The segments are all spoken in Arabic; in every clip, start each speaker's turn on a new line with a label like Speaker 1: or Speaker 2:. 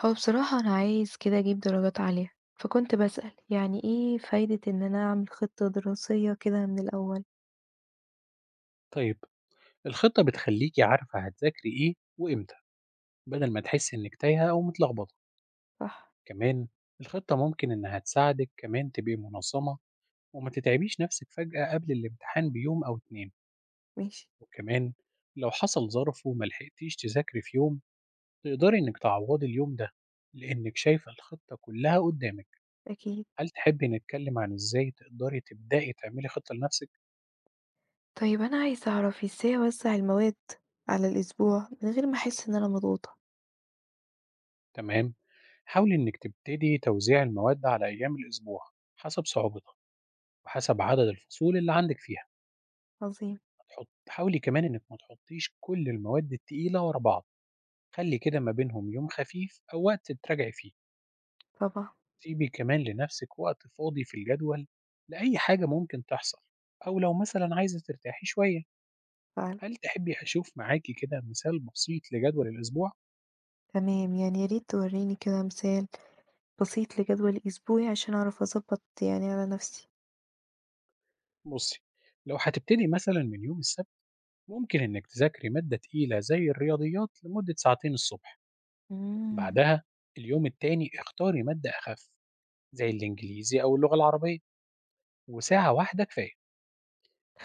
Speaker 1: هو بصراحة أنا عايز كده أجيب درجات عالية، فكنت باسأل يعني إيه فايدة إن أنا أعمل خطة دراسية كده من الأول؟
Speaker 2: طيب، الخطة بتخليكي عارفة هتذاكري إيه وإمتى، بدل ما تحسي إنك تايهة أو متلخبطة.
Speaker 1: صح،
Speaker 2: كمان الخطة ممكن إنها تساعدك كمان تبقي منظمة وما تتعبيش نفسك فجأة قبل الامتحان بيوم أو 2.
Speaker 1: ماشي،
Speaker 2: وكمان لو حصل ظرف وما لحقتيش تذاكري في يوم، تقدري إنك تعوضي اليوم ده لإنك شايفة الخطة كلها قدامك.
Speaker 1: أكيد.
Speaker 2: هل تحبي نتكلم عن إزاي تقدري تبدأي تعملي خطة لنفسك؟
Speaker 1: طيب أنا عايزة أعرف إزاي أوزع المواد على الأسبوع من غير ما أحس إن أنا مضغوطة؟
Speaker 2: تمام، حاولي إنك تبتدي توزيع المواد على أيام الأسبوع حسب صعوبتها وحسب عدد الفصول اللي عندك فيها.
Speaker 1: عظيم،
Speaker 2: حاولي كمان انك ما تحطيش كل المواد التقيلة ورا بعض، خلي كده ما بينهم يوم خفيف او وقت تراجعي فيه.
Speaker 1: طبعا،
Speaker 2: سيبي كمان لنفسك وقت فاضي في الجدول لأي حاجة ممكن تحصل، او لو مثلا عايزة ترتاحي شوية.
Speaker 1: فعلا،
Speaker 2: هل تحبي اشوف معاكي كده مثال بسيط لجدول الاسبوع؟
Speaker 1: تمام. يعني يا ريت توريني كده مثال بسيط لجدول أسبوعي عشان أعرف أظبط يعني على نفسي.
Speaker 2: بصي، لو هتبتدي مثلا من يوم السبت، ممكن انك تذاكري مادة تقيلة زي الرياضيات لمدة 2 ساعة الصبح.
Speaker 1: امم
Speaker 2: بعدها اليوم التاني اختاري مادة أخف زي الإنجليزي أو اللغة العربية، وساعة واحدة كفاية.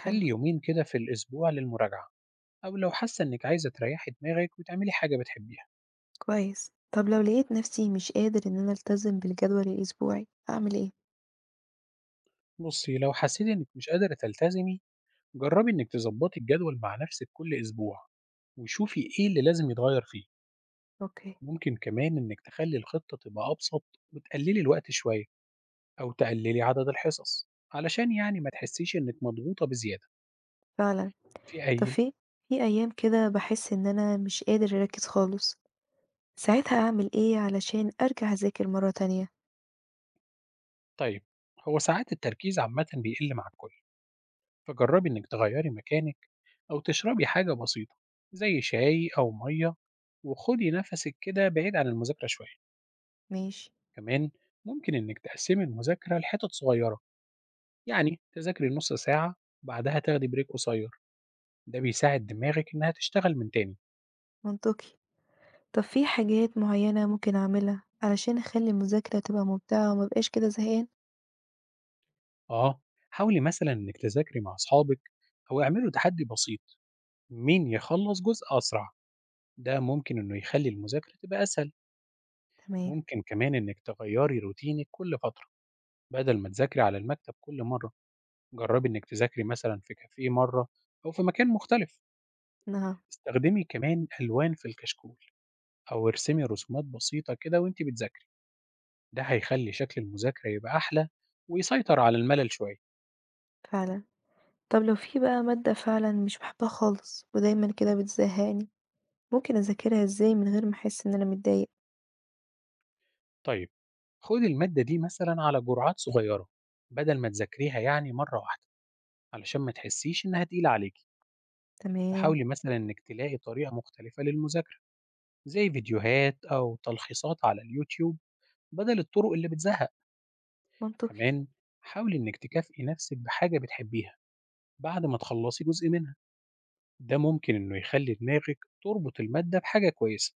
Speaker 1: حلو،
Speaker 2: 2 يوم كده في الأسبوع للمراجعة، أو لو حاسة إنك عايزة تريحي دماغك وتعملي حاجة بتحبيها.
Speaker 1: كويس. طب لو لقيت نفسي مش قادر إن أنا ألتزم بالجدول الأسبوعي أعمل إيه؟
Speaker 2: بصي، لو حسيتي إنك مش قادرة تلتزمي، جربي إنك تظبطي الجدول مع نفسك كل أسبوع وشوفي إيه اللي لازم يتغير فيه.
Speaker 1: أوكي.
Speaker 2: ممكن كمان إنك تخلي الخطة تبقى أبسط وتقللي الوقت شوية أو تقللي عدد الحصص، علشان يعني ما تحسيش إنك مضغوطة بزيادة.
Speaker 1: فعلا.
Speaker 2: في
Speaker 1: طب
Speaker 2: أي
Speaker 1: في في أيام كده باحس إن أنا مش قادر أركّز خالص، ساعتها أعمل إيه علشان أرجع أذاكر مرّة تانية؟
Speaker 2: طيب، هو ساعات التركيز عامة بيقل مع الكل، فجربي إنِك تغيّري مكانِك أو تشربي حاجة بسيطة زي شاي أو مَيّة، وخُدي نَفَسِك كده بعيد عن المذاكرة شوية.
Speaker 1: ماشي،
Speaker 2: كمان ممكن إنِك تقسّمي المذاكرة لحِتَت صغيّرة، يعني تذاكري نُص ساعة بعدها تاخدي بريك قصيّر، ده بيساعد دماغِك إنها تشتغل من تاني.
Speaker 1: منطقي. طب في حاجات معيّنة ممكن أعملها علشان أخلّي المذاكرة تبقى ممتعة وما أبقاش كده زهقانة؟
Speaker 2: آه، حاولي مثلًا إنِك تذاكري مع أصحابِك أو اعملوا تحدّي بسيط مين يخلّص جزء أسرع، ده ممكن إنه يخلّي المذاكرة تبقى أسهل.
Speaker 1: تمام،
Speaker 2: ممكن كمان إنِك تغيّري روتينِك كل فترة. بدل ما تذاكري على المكتب كل مرة، جربي إنك تذاكري مثلا في كافيه مرة أو في مكان مختلف.
Speaker 1: نعم،
Speaker 2: استخدمي كمان ألوان في الكشكول أو ارسمي رسومات بسيطة كده وانت بتذاكري، ده هيخلي شكل المذاكرة يبقى أحلى ويسيطر على الملل شوية.
Speaker 1: فعلًا. طب لو في بقى مادة فعلًا مش باحبها خالص ودايمًا كده بتزهقني، ممكن أذاكرها إزاي من غير ما أحس إن أنا متضايقة؟
Speaker 2: طيب، خدي المادة دي مثلا على جرعات صغيرة بدل ما تذاكريها يعني مرة واحدة، علشان ما تحسيش إنها تقيلة عليكي.
Speaker 1: تمام،
Speaker 2: فحاولي مثلا إنك تلاقي طريقة مختلفة للمذاكرة زي فيديوهات أو تلخيصات على اليوتيوب بدل الطرق اللي بتزهق.
Speaker 1: منطقي،
Speaker 2: كمان حاولي إنك تكافئي نفسك بحاجة بتحبيها بعد ما تخلصي جزء منها، ده ممكن إنه يخلي دماغك تربط المادة بحاجة كويسة.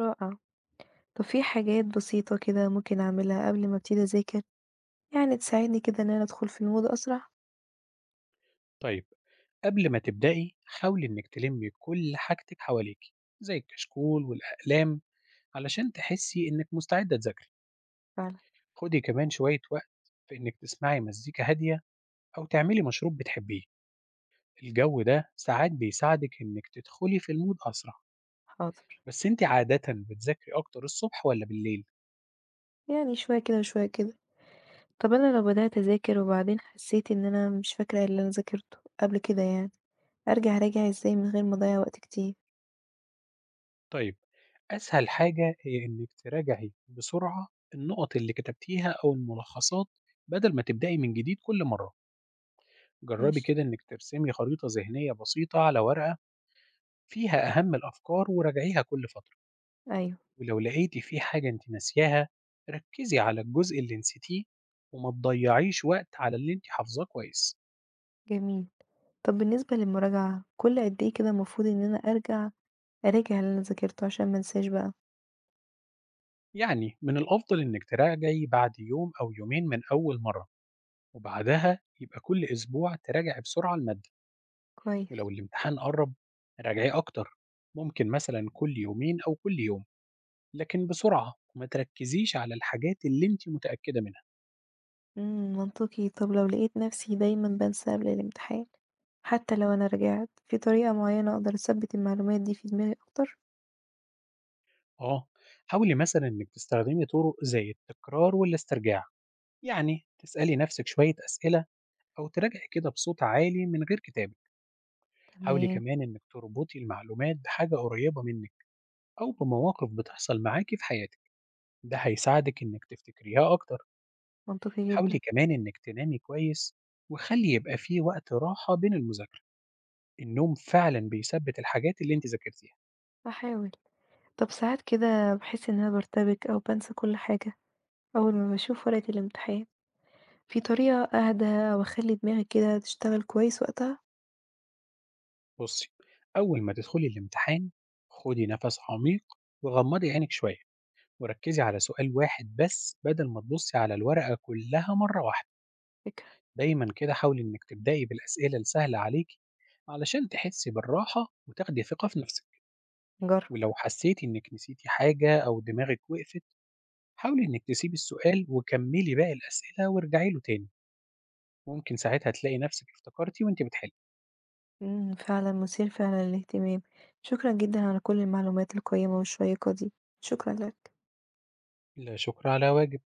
Speaker 1: رائع. طب في حاجات بسيطة كده ممكن أعملها قبل ما أبتدي أذاكر يعني تساعدني كده إن أنا أدخل في المود أسرع؟
Speaker 2: طيب، قبل ما تبدأي حاولي إنك تلمي كل حاجتك حواليكي زي الكشكول والأقلام، علشان تحسي إنك مستعدة تذاكري.
Speaker 1: فعلًا،
Speaker 2: خدي كمان شوية وقت في إنك تسمعي مزيكا هادية أو تعملي مشروب بتحبيه، الجو ده ساعات بيساعدك إنك تدخلي في المود أسرع.
Speaker 1: حاضر.
Speaker 2: بس أنت عادة بتذاكري أكتر الصبح ولا بالليل؟
Speaker 1: يعني شوية كده وشوية كده. طب أنا لو بدأت أذاكر وبعدين حسيت إن أنا مش فاكرة اللي أنا ذاكرته قبل كده يعني، أرجع أراجع إزاي من غير ما أضيّع وقت كتير؟
Speaker 2: طيب، أسهل حاجة هي إنِّك تراجعي بسرعة النقط اللي كتبتيها أو الملخصات، بدل ما تبدأي من جديد كل مرة، جربي
Speaker 1: ماشي،
Speaker 2: كده إنِّك ترسمي خريطة ذهنية بسيطة على ورقة فيها أهم الأفكار وراجعيها كل فترة.
Speaker 1: أيوه،
Speaker 2: ولو لقيتي في حاجة إنت ناسياها، ركزي على الجزء اللي نسيتيه وما تضيعيش وقت على اللي إنت حافظاه كويس.
Speaker 1: جميل. طب بالنسبة للمراجعة، كل قد إيه كده المفروض إن أنا أرجع أراجع اللي أنا ذاكرته عشان ما انساش بقى؟
Speaker 2: يعني من الأفضل إنِّك تراجعي بعد يوم أو يومين من أول مرة، وبعدها يبقى كل أسبوع تراجعي بسرعة المادة. ولو
Speaker 1: كويس.
Speaker 2: الامتحان قرب راجعيه أكتر، ممكن مثلا كل يومين أو كل يوم، لكن بسرعة وما تركزيش على الحاجات اللي انت متأكدة منها.
Speaker 1: إمم، منطقي. طب لو لقيت نفسي دايمًا بانسى قبل الامتحان، حتى لو أنا راجعت، في طريقة معينة أقدر أثبِّت المعلومات دي في دماغي أكتر؟
Speaker 2: آه حاولي مثلا إنك تستخدمي طرق زي التكرار والاسترجاع، يعني تسألي نفسك شوية أسئلة أو تراجعي كده بصوت عالي من غير كتابة. حاولي
Speaker 1: تمام.
Speaker 2: كمان إنك تربطي المعلومات بحاجة قريبة منك أو بمواقف بتحصل معاكي في حياتك، ده هيساعدك إنك تفتكريها أكتر.
Speaker 1: منطقي
Speaker 2: حاولي
Speaker 1: جدًا،
Speaker 2: كمان إنِك تنامي كويس، وخلّي يبقى في وقت راحة بين المذاكرة، النوم فعلًا بيثبِّت الحاجات اللي أنتِ ذاكرتيها.
Speaker 1: هاحاول. طب ساعات كده باحس إن أنا بارتبك أو بانسى كل حاجة أول ما باشوف ورقة الامتحان، في طريقة أهدى وأخلي دماغي كده تشتغل كويس وقتها؟
Speaker 2: بُصّي، أول ما تدخلي الامتحان خُدي نَفَس عميق وغمّضي عينِك شوية، وركّزي على سؤال واحد بس بدل ما تبُصّي على الورقة كلّها مرّة واحدة.
Speaker 1: فكرة،
Speaker 2: دايمًا كده حاولي إنِك تبدئي بالأسئلة السهلة عليكِ علشان تحسّي بالراحة وتاخدي ثقة في نَفْسِك.
Speaker 1: هاجرب.
Speaker 2: ولو حسّيتِ إنِك نسيتِ حاجة أو دماغِك وقفت، حاولي إنِك تسيبي السؤال وكملي باقي الأسئلة وارجعي له تاني، ممكن ساعتها تلاقي نفسِك افتكرتي وأنتِ بتحلي.
Speaker 1: إمم، فعلًا مثير فعلًا للاهتمام. شكرًا جدًا على كل المعلومات القيمة والشيقة دي، شكرًا لك.
Speaker 2: لا شكر على واجب.